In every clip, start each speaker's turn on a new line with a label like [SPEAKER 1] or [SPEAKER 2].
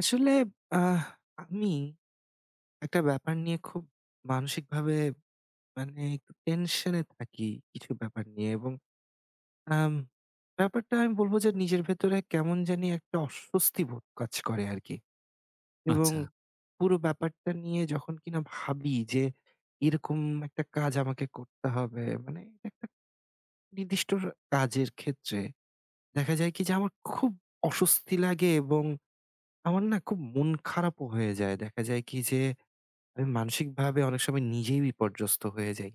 [SPEAKER 1] আসলে আহ আমি একটা ব্যাপার নিয়ে খুব মানসিকভাবে মানে একটু টেনশনে থাকি কিছু ব্যাপার নিয়ে এবং আম, ব্যাপারটা আমি বলবো যে নিজের ভেতরে কেমন জানি একটা অস্বস্তি বোধ কাজ করে আর কি এবং
[SPEAKER 2] আচ্ছা।
[SPEAKER 1] পুরো ব্যাপারটা নিয়ে যখন কিনা ভাবি যে এরকম একটা কাজ আমাকে করতে হবে মানে একটা নির্দিষ্ট কাজের ক্ষেত্রে দেখা যায় কি যে আমার খুব অস্বস্তি লাগে এবং আমার না খুব মন খারাপও হয়ে যায় দেখা যায় কি যে আমি মানসিকভাবে অনেক সময় নিজেই বিপর্যস্ত হয়ে যাই।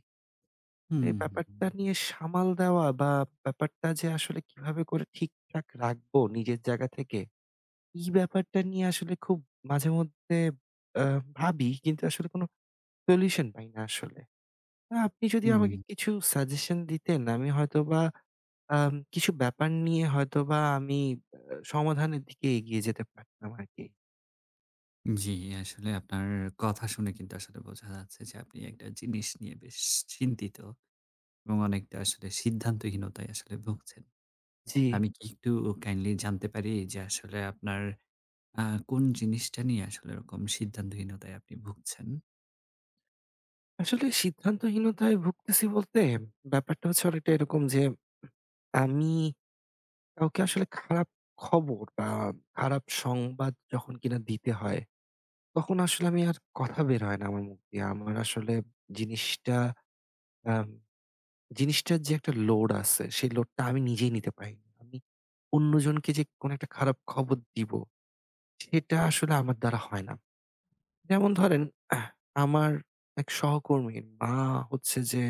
[SPEAKER 2] হুম,
[SPEAKER 1] এই
[SPEAKER 2] হুম,
[SPEAKER 1] ব্যাপারটা নিয়ে সামাল দেওয়া বা ব্যাপারটা যে আসলে কিভাবে করে ঠিকঠাক রাখবো নিজের জায়গা থেকে, এই ব্যাপারটা নিয়ে আসলে খুব মাঝেমধ্যে আ ভাবি কিন্তু আসলে কোনো সলিউশন পাই না আসলে। আপনি যদি
[SPEAKER 2] হুম।
[SPEAKER 1] আমাকে কিছু সাজেশন দিতেন আমি হয়তোবা কিছু ব্যাপার নিয়ে হয়তোবা আমি আ সমাধানের দিকে এগিয়ে যেতে পারতাম আরকি।
[SPEAKER 2] জি, আসলে আপনার কথা শুনে কিন্তু আসলে বোঝা যাচ্ছে যে আপনি একটা জিনিস নিয়ে বেশ চিন্তিত এবং অনেকটা আসলে সিদ্ধান্তহীনতায় আসলে ভুগছেন।
[SPEAKER 1] জি।
[SPEAKER 2] আমি কি একটু কাইন্ডলি জানতে পারি যে আসলে আপনার আ কোন জিনিসটা নিয়ে আসলে এরকম সিদ্ধান্তহীনতায় আপনি ভুগছেন?
[SPEAKER 1] আসলে সিদ্ধান্তহীনতায় ভুগতেছি বলতে ব্যাপারটা হচ্ছে অনেকটা এরকম যে আমি কাউকে আসলে খারাপ খবর বা খারাপ সংবাদ যখন কিনা দিতে হয় তখন আসলে আমি আর কথা বের হয় না আমার মুখ দিয়ে। আমার আসলে জিনিসটা আম জিনিসটার যে একটা লোড আছে সেই লোডটা আমি নিজেই নিতে পারি না। আমি অন্যজনকে যে কোনো একটা খারাপ খবর দিব সেটা আসলে আমার দ্বারা হয় না। যেমন ধরেন আহ, আমার এক সহকর্মীর মা হচ্ছে যে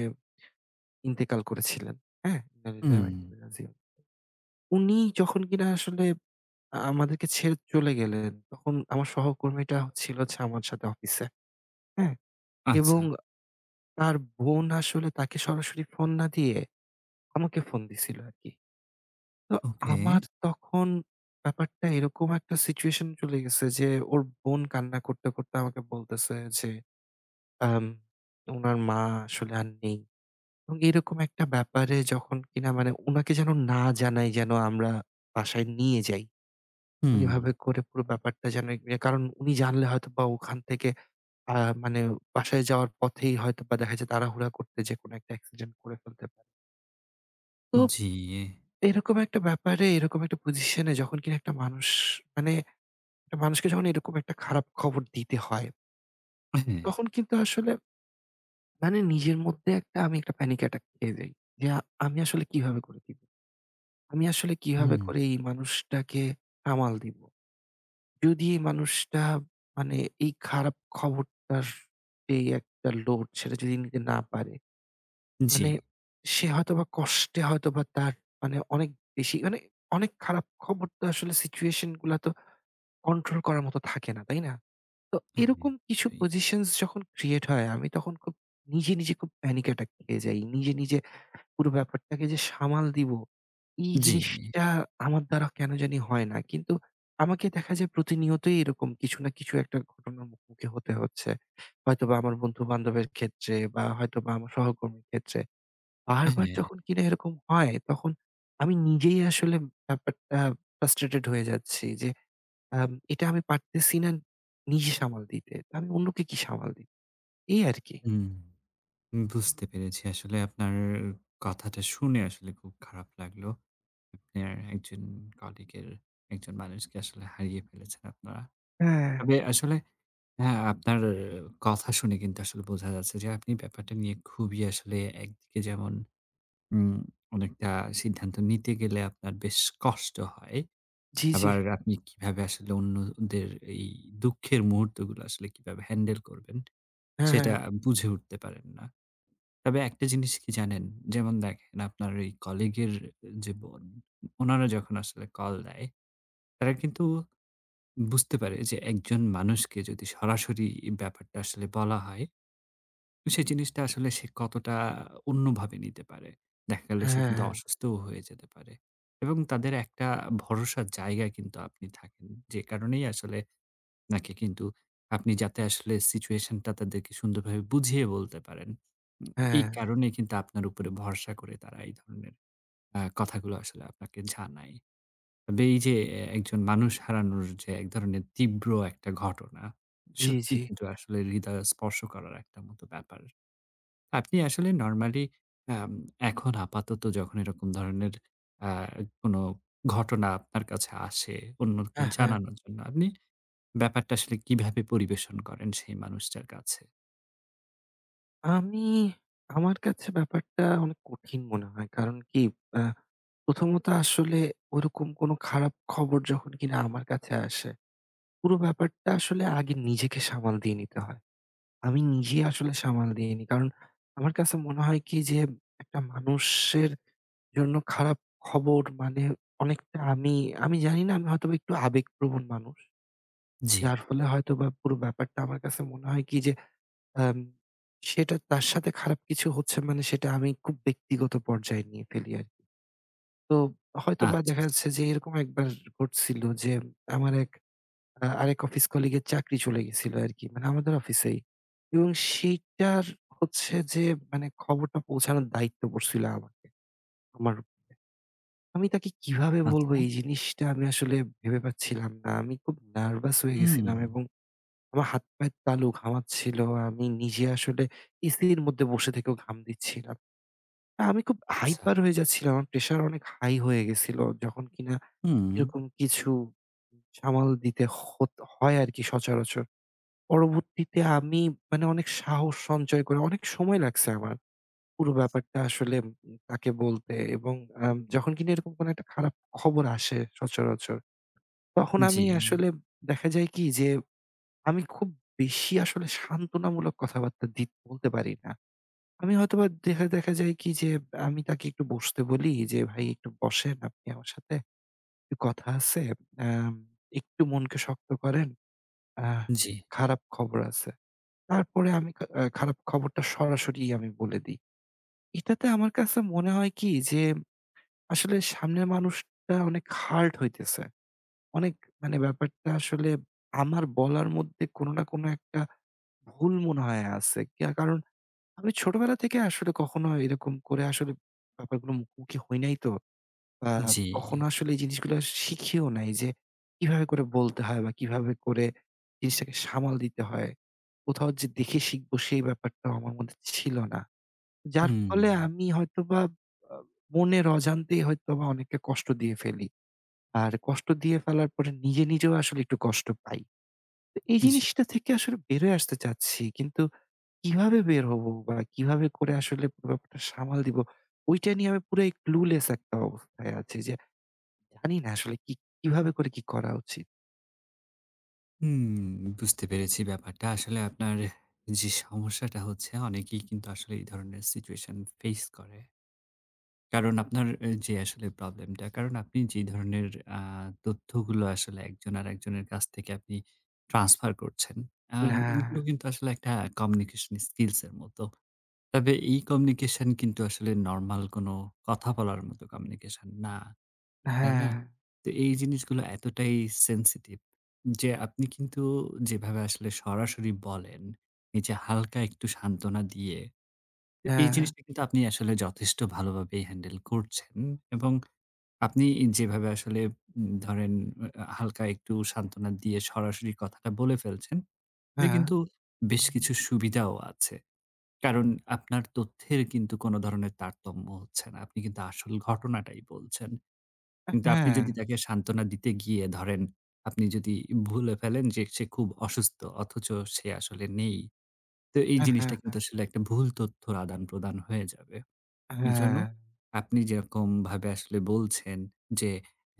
[SPEAKER 1] ইন্তেকাল করেছিলেন। হ্যাঁ? ইন্না লিল্লাহি
[SPEAKER 2] হুম,
[SPEAKER 1] ওয়া ইন্না ইলাইহি রাজিউন। উনি যখন কিনা আসলে আমাদেরকে ছেড়ে চলে গেলেন, তখন আমার সহকর্মীটা ছিল হচ্ছে আমার সাথে অফিসে। হ্যাঁ?
[SPEAKER 2] আচ্ছা।
[SPEAKER 1] এবং তার বোন আসলে তাকে সরাসরি ফোন না দিয়ে আমাকে ফোন দিছিল আরকি। তো
[SPEAKER 2] ওকে।
[SPEAKER 1] আমার তখন ব্যাপারটা এরকম একটা সিচুয়েশন চলে গেছে যে, ওর বোন কান্না করতে, করতে আমাকে বলতেছে যে, আম উনার মা আসলে আর নেই। এবং এরকম একটা ব্যাপারে যখন কিনা মানে উনাকে যেন না জানাই যেন আমরা বাসায় নিয়ে যাই। এবং
[SPEAKER 2] হুম,
[SPEAKER 1] এভাবে করে পুরো ব্যাপারটা যেন কারণ উনি জানলে হয়তোবা ওখান থেকে আ মানে বাসায় যাওয়ার পথেই হয়তোবা দেখা যায় তাড়াহুড়া করতে যেকোনো একটা অ্যাক্সিডেন্ট করে ফেলতে পারে। তো
[SPEAKER 2] জি।
[SPEAKER 1] এরকম একটা ব্যাপারে এরকম একটা পজিশন এ যখন কিনা একটা মানুষ মানে একটা মানুষকে যখন এরকম একটা খারাপ খবর দিতে হয়,
[SPEAKER 2] হ্যাঁ।
[SPEAKER 1] তখন কিন্তু আসলে মানে নিজের মধ্যে একটা আমি একটা প্যানিক অ্যাটাক খেয়ে যাই। যে আমি আসলে কিভাবে করে দিব? আমি আসলে কিভাবে
[SPEAKER 2] হুম,
[SPEAKER 1] করে এই মানুষটাকে সামাল দিব? যদি এই মানুষটা মানে এই খারাপ খবরটার যেই একটা লোড সেটা যদি নিতে না পারে,
[SPEAKER 2] জি।
[SPEAKER 1] মানে সে হয়তোবা কষ্টে হয়তোবা তার মানে অনেক বেশি মানে অনেক খারাপ খবর তো আসলে সিচুয়েশন গুলা তো কন্ট্রোল করার মতো থাকে না, তাই না? তো
[SPEAKER 2] হ্যাঁ,
[SPEAKER 1] এরকম কিছু
[SPEAKER 2] অবশ্যই।
[SPEAKER 1] পজিশনস যখন ক্রিয়েট হয় আমি তখন খুব নিজে, নিজে খুব প্যানিক অ্যাটাক খেয়ে যাই। নিজে, নিজে পুরো ব্যাপারটাকে যে সামাল দিব, এই
[SPEAKER 2] জি,
[SPEAKER 1] জিনিসটা আমার দ্বারা কেন জানি হয় না। কিন্তু আমাকে দেখা যায় প্রতিনিয়তই এরকম কিছু না কিছু একটা ঘটনার মুখোমুখি হতে হচ্ছে। হয়তোবা আমার বন্ধু-বান্ধবের ক্ষেত্রে বা হয়তোবা আমার সহকর্মীর ক্ষেত্রে। বারবার
[SPEAKER 2] হ্যাঁ।
[SPEAKER 1] যখন কিনা এরকম হয়, তখন আমি নিজেই আসলে ব্যাপারটা ফ্রাস্ট্রেটেড হয়ে যাচ্ছি যে, এটা আমি পারতেছি না নিজে সামাল দিতে। তো আমি অন্যকে কি সামাল দিব? এই আরকি।
[SPEAKER 2] হুম। বুঝতে পেরেছি। আসলে আপনার কথাটা শুনে আসলে খুব খারাপ লাগলো। আপনার একজন কলিগের একজন মানুষকে আসলে হারিয়ে ফেলেছেন আপনারা।
[SPEAKER 1] হ্যাঁ,
[SPEAKER 2] তবে আসলে হ্যাঁ, আপনার কথা শুনে কিন্তু আসলে বোঝা যাচ্ছে যে আপনি ব্যাপারটা নিয়ে খুবই আসলে একদিকে যেমন উম অনেকটা সিদ্ধান্ত নিতে গেলে আপনার বেশ কষ্ট হয়।
[SPEAKER 1] জি, জি।
[SPEAKER 2] আবার আপনি কিভাবে আসলে অন্যদের এই দুঃখের মুহূর্তগুলো আসলে কিভাবে হ্যান্ডেল করবেন
[SPEAKER 1] হ্যাঁ, হ্যাঁ,
[SPEAKER 2] সেটা বুঝে উঠতে পারেন না। তবে একটা জিনিস কি জানেন? যেমন দেখেন আপনার ওই কলিগের যে বোন, উনারা যখন আসলে কল দেয়, তারা কিন্তু বুঝতে পারে যে একজন মানুষকে যদি সরাসরি এই ব্যাপারটা আসলে বলা হয়, তো সেই জিনিসটা আসলে সে কতটা অন্যভাবে নিতে পারে। দেখা গেল সে কিন্তু
[SPEAKER 1] হ্যাঁ,
[SPEAKER 2] অসুস্থও হয়ে যেতে পারে এবং তাদের একটা ভরসার জায়গায় কিন্তু আপনি থাকেন। যে কারণেই আসলে নাকি কিন্তু আপনি যাতে আসলে সিচুয়েশনটা তাদেরকে সুন্দরভাবে বুঝিয়ে বলতে পারেন। উম এই
[SPEAKER 1] হ্যাঁ,
[SPEAKER 2] কারণে কিন্তু আপনার উপরে ভরসা করে তারা এই ধরনের কথাগুলো আসলে আপনাকে জানায়। তবে এই যে একজন মানুষ হারানোর যে এক ধরনের তীব্র একটা ঘটনা,
[SPEAKER 1] জি, জি।
[SPEAKER 2] সত্যিই কিন্তু আসলে হৃদয় স্পর্শ করার একটা মতো ব্যাপার। আপনি আসলে নরমালি আম এখন আপাতত যখন এরকম ধরনের আ কোনো ঘটনা আপনার কাছে আসে অন্যকে
[SPEAKER 1] হ্যাঁ, হ্যাঁ।
[SPEAKER 2] জানানোর জন্য, আপনি ব্যাপারটা আসলে কিভাবে পরিবেশন করেন সেই মানুষটার কাছে?
[SPEAKER 1] আমি আমার কাছে ব্যাপারটা অনেক কঠিন মনে হয়। কারণ কি আ প্রথমত আসলে ওরকম কোনো খারাপ খবর যখন কিনা আমার কাছে আসে, পুরো ব্যাপারটা আসলে আগে নিজেকে সামাল দিয়ে নিতে হয়। আমি নিজেই আসলে সামাল দিয়ে নিই। কারণ আমার কাছে মনে হয় কি যে একটা মানুষের জন্য খারাপ খবর মানে অনেকটা আমি জানি না আমি হয়তোবা একটু আবেগপ্রবণ মানুষ।
[SPEAKER 2] জি।
[SPEAKER 1] যার ফলে হয়তোবা পুরো ব্যাপারটা আমার কাছে মনে হয় কি যে আম সেটা তার সাথে খারাপ কিছু হচ্ছে মানে সেটা আমি খুব ব্যক্তিগত পর্যায়ে নিয়ে ফেলি আরকি। তো হয়তোবা
[SPEAKER 2] আচ্ছা,
[SPEAKER 1] দেখা
[SPEAKER 2] আচ্ছা,
[SPEAKER 1] যাচ্ছে যে এরকম একবার ঘটছিল যে আমার এক আরেক অফিস কলিগের চাকরি চলে গেছিল আরকি। মানে আমাদের অফিসেই। এবং সেইটার হচ্ছে যে মানে খবরটা পৌঁছানোর দায়িত্ব পড়ছিল আমাকে। আমার উপর। আমি তাকে কিভাবে বলব
[SPEAKER 2] আচ্ছা।
[SPEAKER 1] এই জিনিসটা আমি আসলে ভেবে পাচ্ছিলাম না। আমি খুব নার্ভাস হয়ে
[SPEAKER 2] হুম,
[SPEAKER 1] গেছিলাম এবং আমার হাত-পায়ের তালু ঘামাচ্ছিল। আমি নিজে আসলে এসির মধ্যে বসে থেকেও ঘাম দিচ্ছিলাম। আমি খুব
[SPEAKER 2] আচ্ছা।
[SPEAKER 1] হাইপার হয়ে যাচ্ছিলাম। আমার প্রেশার অনেক হাই হয়ে গেছিল। যখন কিনা
[SPEAKER 2] হুম,
[SPEAKER 1] এরকম কিছু সামাল দিতে হত হয় আরকি সচরাচর। পরবর্তীতে আমি মানে অনেক সাহস সঞ্চয় করে অনেক সময় লাগছে আমার পুরো ব্যাপারটা আসলে তাকে বলতে এবং যখন কিনা এরকম কোনো একটা খারাপ খবর আসে সচরাচর, তখন
[SPEAKER 2] জি,
[SPEAKER 1] আমি আসলে দেখা যায় কি যে আমি খুব বেশি আসলে সান্ত্বনামূলক কথাবার্তা বলতে পারি না। আমি হয়তোবা দেখা দেখা যায় কি যে, আমি তাকে একটু বসতে বলি যে, "ভাই একটু বসেন আপনি আমার সাথে, একটু কথা আছে। আম একটু মনকে শক্ত করেন। আহ
[SPEAKER 2] জি,
[SPEAKER 1] খারাপ খবর আছে।" তারপরে আমি খা আ খারাপ খবরটা সরাসরি আমি বলে দিই। এটাতে আমার কাছে মনে হয় কি যে, আসলে সামনের মানুষটা অনেক হার্ট হইতেছে। অনেক মানে ব্যাপারটা আসলে আমার বলার মধ্যে কোনো না কোনো একটা ভুল মনে হয় আছে। কারণ আমি ছোটবেলা থেকে আসলে কখনো এরকম করে আসলে ব্যাপারগুলো মুখোমুখি হই নাই তো। বা
[SPEAKER 2] জি,
[SPEAKER 1] কখনো আসলে এই জিনিসগুলো শিখিও নাই যে কিভাবে করে বলতে হয় বা কিভাবে করে জিনিসটাকে সামাল দিতে হয়। কোথাও যে দেখে শিখবো সেই ব্যাপারটাও আমার মধ্যে ছিল না। যার
[SPEAKER 2] হুম,
[SPEAKER 1] ফলে আমি হয়তোবা আ মনের অজান্তেই হয়তোবা অনেককে কষ্ট দিয়ে ফেলি। আর কষ্ট দিয়ে ফেলার পরে নিজে, নিজেও আসলে একটু কষ্ট পাই। তো এই
[SPEAKER 2] জি,
[SPEAKER 1] জিনিসটা থেকে আসলে বেরোয় আসতে চাচ্ছি। কিন্তু কিভাবে বের হবো বা কিভাবে করে আসলে পুরো ব্যাপারটা সামাল দিব? ওইটা নিয়ে আমি পুরাই clueless একটা অবস্থায় আছি যে জানি না আসলে কি কিভাবে করে কি করা উচিত?
[SPEAKER 2] হুম, বুঝতে পেরেছি ব্যাপারটা। আসলে আপনার যে সমস্যাটা হচ্ছে অনেকেই কিন্তু আসলে এই ধরনের সিচুয়েশন ফেস করে। কারণ আপনার এ যে আসলে প্রবলেমটা, কারণ আপনি যে ধরনের আ তথ্যগুলো আসলে একজন আরেকজনের কাছ থেকে আপনি ট্রান্সফার করছেন,
[SPEAKER 1] হ্যাঁ,
[SPEAKER 2] এগুলো কিন্তু আসলে একটা কমিউনিকেশন স্কিলস এর মতো। তবে এই কমিউনিকেশন কিন্তু আসলে নরমাল কোনো কথা বলার মতো কমিউনিকেশন না, তাই
[SPEAKER 1] হ্যাঁ,
[SPEAKER 2] না? তো এই জিনিসগুলো এতটাই সেনসিটিভ যে আপনি কিন্তু যেভাবে আসলে সরাসরি বলেন, এই যে হালকা একটু সান্ত্বনা দিয়ে এই
[SPEAKER 1] হ্যাঁ,
[SPEAKER 2] জিনিসটা কিন্তু আপনি আসলে যথেষ্ট ভালোভাবেই হ্যান্ডেল করছেন এবং আপনি যেভাবে আসলে ধরেন হালকা একটু সান্ত্বনা দিয়ে সরাসরি কথাটা বলে ফেলছেন, এতে
[SPEAKER 1] হ্যাঁ,
[SPEAKER 2] কিন্তু বেশ কিছু সুবিধাও আছে। কারণ আপনার তথ্যের কিন্তু কোনো ধরনের তারতম্য হচ্ছে না। আপনি কিন্তু আসল ঘটনাটাই বলছেন। কিন্তু আপনি
[SPEAKER 1] হ্যাঁ,
[SPEAKER 2] যদি তাকে সান্ত্বনা দিতে গিয়ে ধরেন, আপনি যদি ভুলে ফেলেন যে সে খুব অসুস্থ অথচ সে আসলে নেই। তো এই
[SPEAKER 1] হ্যাঁ, হ্যাঁ,
[SPEAKER 2] জিনিসটা কিন্তু আসলে একটা ভুল তথ্যর আদান-প্রদান হয়ে যাবে। এর জন্য
[SPEAKER 1] হ্যাঁ।
[SPEAKER 2] আপনি যেরকমভাবে আসলে বলছেন যে,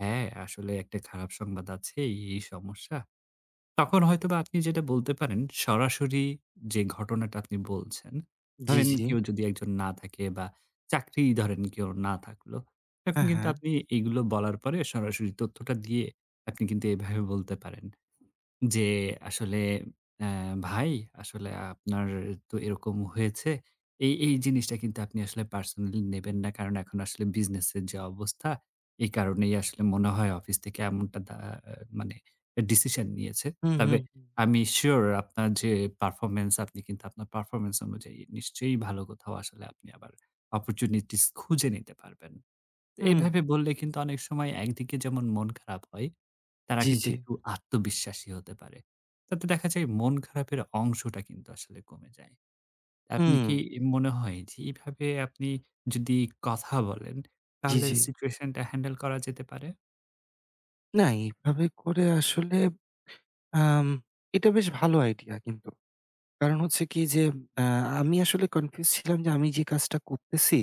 [SPEAKER 2] হ্যাঁ, আসলে একটা খারাপ সংবাদ আছে, এই এই সমস্যা। তখন হয়তোবা আপনি যেটা বলতে পারেন, সরাসরি যে ঘটনাটা আপনি বলছেন,
[SPEAKER 1] জি,
[SPEAKER 2] ধরেন
[SPEAKER 1] জি।
[SPEAKER 2] কেউ যদি একজন না থাকে বা চাকরি ধরেন কেউ না থাকলো, তখন
[SPEAKER 1] হ্যাঁ,
[SPEAKER 2] কিন্তু
[SPEAKER 1] হ্যাঁ।
[SPEAKER 2] আপনি এগুলো বলার পরে সরাসরি তথ্যটা দিয়ে আপনি কিন্তু এভাবে বলতে পারেন। যে আসলে অ্যা "ভাই আসলে আপনার তো এরকম হয়েছে। এই, এই জিনিসটা কিন্তু আপনি আসলে পার্সোনালি নেবেন না। কারণ এখন আসলে বিজনেসের যে অবস্থা, এই কারণেই আসলে মনে হয় অফিস থেকে এমনটা মানে ডিসিশন নিয়েছে।
[SPEAKER 1] হুম,
[SPEAKER 2] তবে
[SPEAKER 1] হুম, হুম,
[SPEAKER 2] আমি সিউর আপনার যে পারফরম্যান্স আপনি কিন্তু আপনার পারফরম্যান্স অনুযায়ী নিশ্চয়ই ভালো কোথাও আসলে আপনি আবার অপরচুনিটিস খুঁজে নিতে পারবেন।"
[SPEAKER 1] হুম।
[SPEAKER 2] এভাবে বললে কিন্তু অনেক সময় একদিকে যেমন মন খারাপ হয়, তারা
[SPEAKER 1] জি,
[SPEAKER 2] কিন্তু
[SPEAKER 1] জি।
[SPEAKER 2] একটু আত্মবিশ্বাসী হতে পারে। তাতে দেখা যায় মন খারাপের অংশটা কিন্তু আসলে কমে যায়। আপনি
[SPEAKER 1] হুম।
[SPEAKER 2] কি মনে হয় যে এভাবে আপনি যদি কথা বলেন,
[SPEAKER 1] জি,
[SPEAKER 2] তাহলে
[SPEAKER 1] জি।
[SPEAKER 2] সিচুয়েশনটা হ্যান্ডেল করা যেতে পারে?
[SPEAKER 1] না এভাবে করে আসলে আম এটা বেশ ভালো আইডিয়া কিন্তু। কারণ হচ্ছে কি যে আ আমি আসলে কনফিউজ ছিলাম যে আমি যে কাজটা করতেছি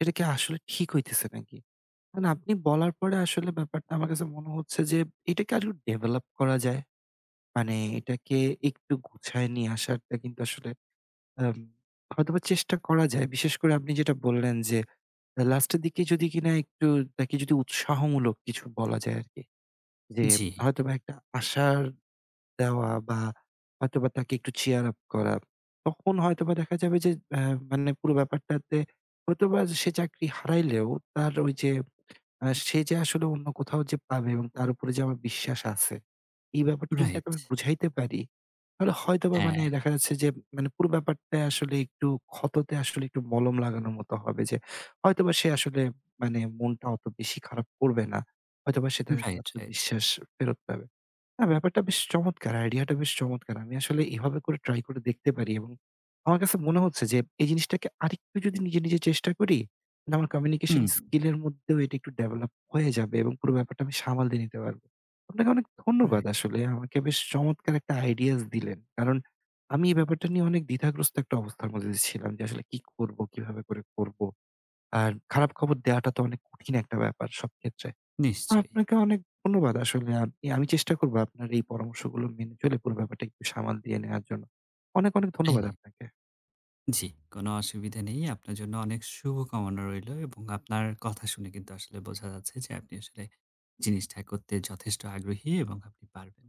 [SPEAKER 1] এটা কি আসলে ঠিক হইতেছে নাকি? মানে আপনি বলার পরে আসলে ব্যাপারটা আমার কাছে মনে হচ্ছে যে এটাকে আরো ডেভেলপ করা যায়। মানে এটাকে একটু গুছায় নিয়ে আসারটা কিন্তু আসলে আম হয়তোবা চেষ্টা করা যায়। বিশেষ করে আপনি যেটা বললেন যে লাস্টের দিকে যদি কিনা একটু তাকে যদি উৎসাহমূলক কিছু বলা যায় আরকি। যে
[SPEAKER 2] জি,
[SPEAKER 1] হয়তোবা একটা আশার দেওয়া বা হয়তোবা তাকে একটু cheer up করা। তখন হয়তোবা দেখা যাবে যে মানে পুরো ব্যাপারটাতে হয়তোবা সে চাকরি হারাইলেও তার ওই যে সে যে আসলে অন্য কোথাও যে পাবে এবং তার উপরে যে আমার বিশ্বাস আছে, এই ব্যাপারটা যদি তাকে
[SPEAKER 2] রাইট।
[SPEAKER 1] আমি বুঝাইতে পারি, তাহলে হয়তোবা মানে
[SPEAKER 2] হ্যাঁ,
[SPEAKER 1] দেখা যাচ্ছে যে মানে পুরো ব্যাপারটা আসলে একটু ক্ষততে আসলে একটু মলম লাগানোর মতো হবে যে হয়তোবা সে আসলে মানে মনটা অত বেশি খারাপ করবে না। হয়তোবা সে তার একটা
[SPEAKER 2] রাইট, রাইট।
[SPEAKER 1] আত্মবিশ্বাস ফেরত পাবে। না ব্যাপারটা বেশ চমৎকার! আইডিয়াটা বেশ চমৎকার! আমি আসলে এভাবে করে ট্রাই করে দেখতে পারি এবং আমার কাছে মনে হচ্ছে যে এই জিনিসটাকে আরেকটু যদি নিজে, নিজে চেষ্টা করি, মানে আমার কমিউনিকেশন
[SPEAKER 2] হুম,
[SPEAKER 1] স্কিল এর মধ্যেও এটা একটু ডেভেলপ হয়ে যাবে এবং পুরো ব্যাপারটা আমি সামাল দিয়ে নিতে পারব। আপনাকে অনেক ধন্যবাদ
[SPEAKER 2] রাইট।
[SPEAKER 1] আসলে। আমাকে বেশ চমৎকার একটা আইডিয়াস দিলেন। কারণ আমি এই ব্যাপারটা নিয়ে অনেক দ্বিধাগ্রস্ত একটা অবস্থার মধ্যে দিয়ে ছিলাম যে আসলে কি করব, কিভাবে করে করব। আর খারাপ খবর দেওয়াটা তো অনেক কঠিন একটা ব্যাপার সব ক্ষেত্রে।
[SPEAKER 2] নিশ্চয়ই।
[SPEAKER 1] আপনাকে অনেক ধন্যবাদ আসলে। আপনি আমি চেষ্টা করব আপনার এই পরামর্শগুলো মেনে চলে পুরো ব্যাপারটা একটু সামাল দিয়ে নেয়ার জন্য। অনেক, অনেক ধন্যবাদ
[SPEAKER 2] হ্যাঁ।
[SPEAKER 1] আপনাকে।
[SPEAKER 2] জি, কোনো অসুবিধা নেই। আপনার জন্য অনেক শুভকামনা রইলো এবং আপনার কথা শুনে কিন্তু আসলে বোঝা যাচ্ছে যে আপনি আসলে জিনিসটা করতে যথেষ্ট আগ্রহী এবং আপনি পারবেন।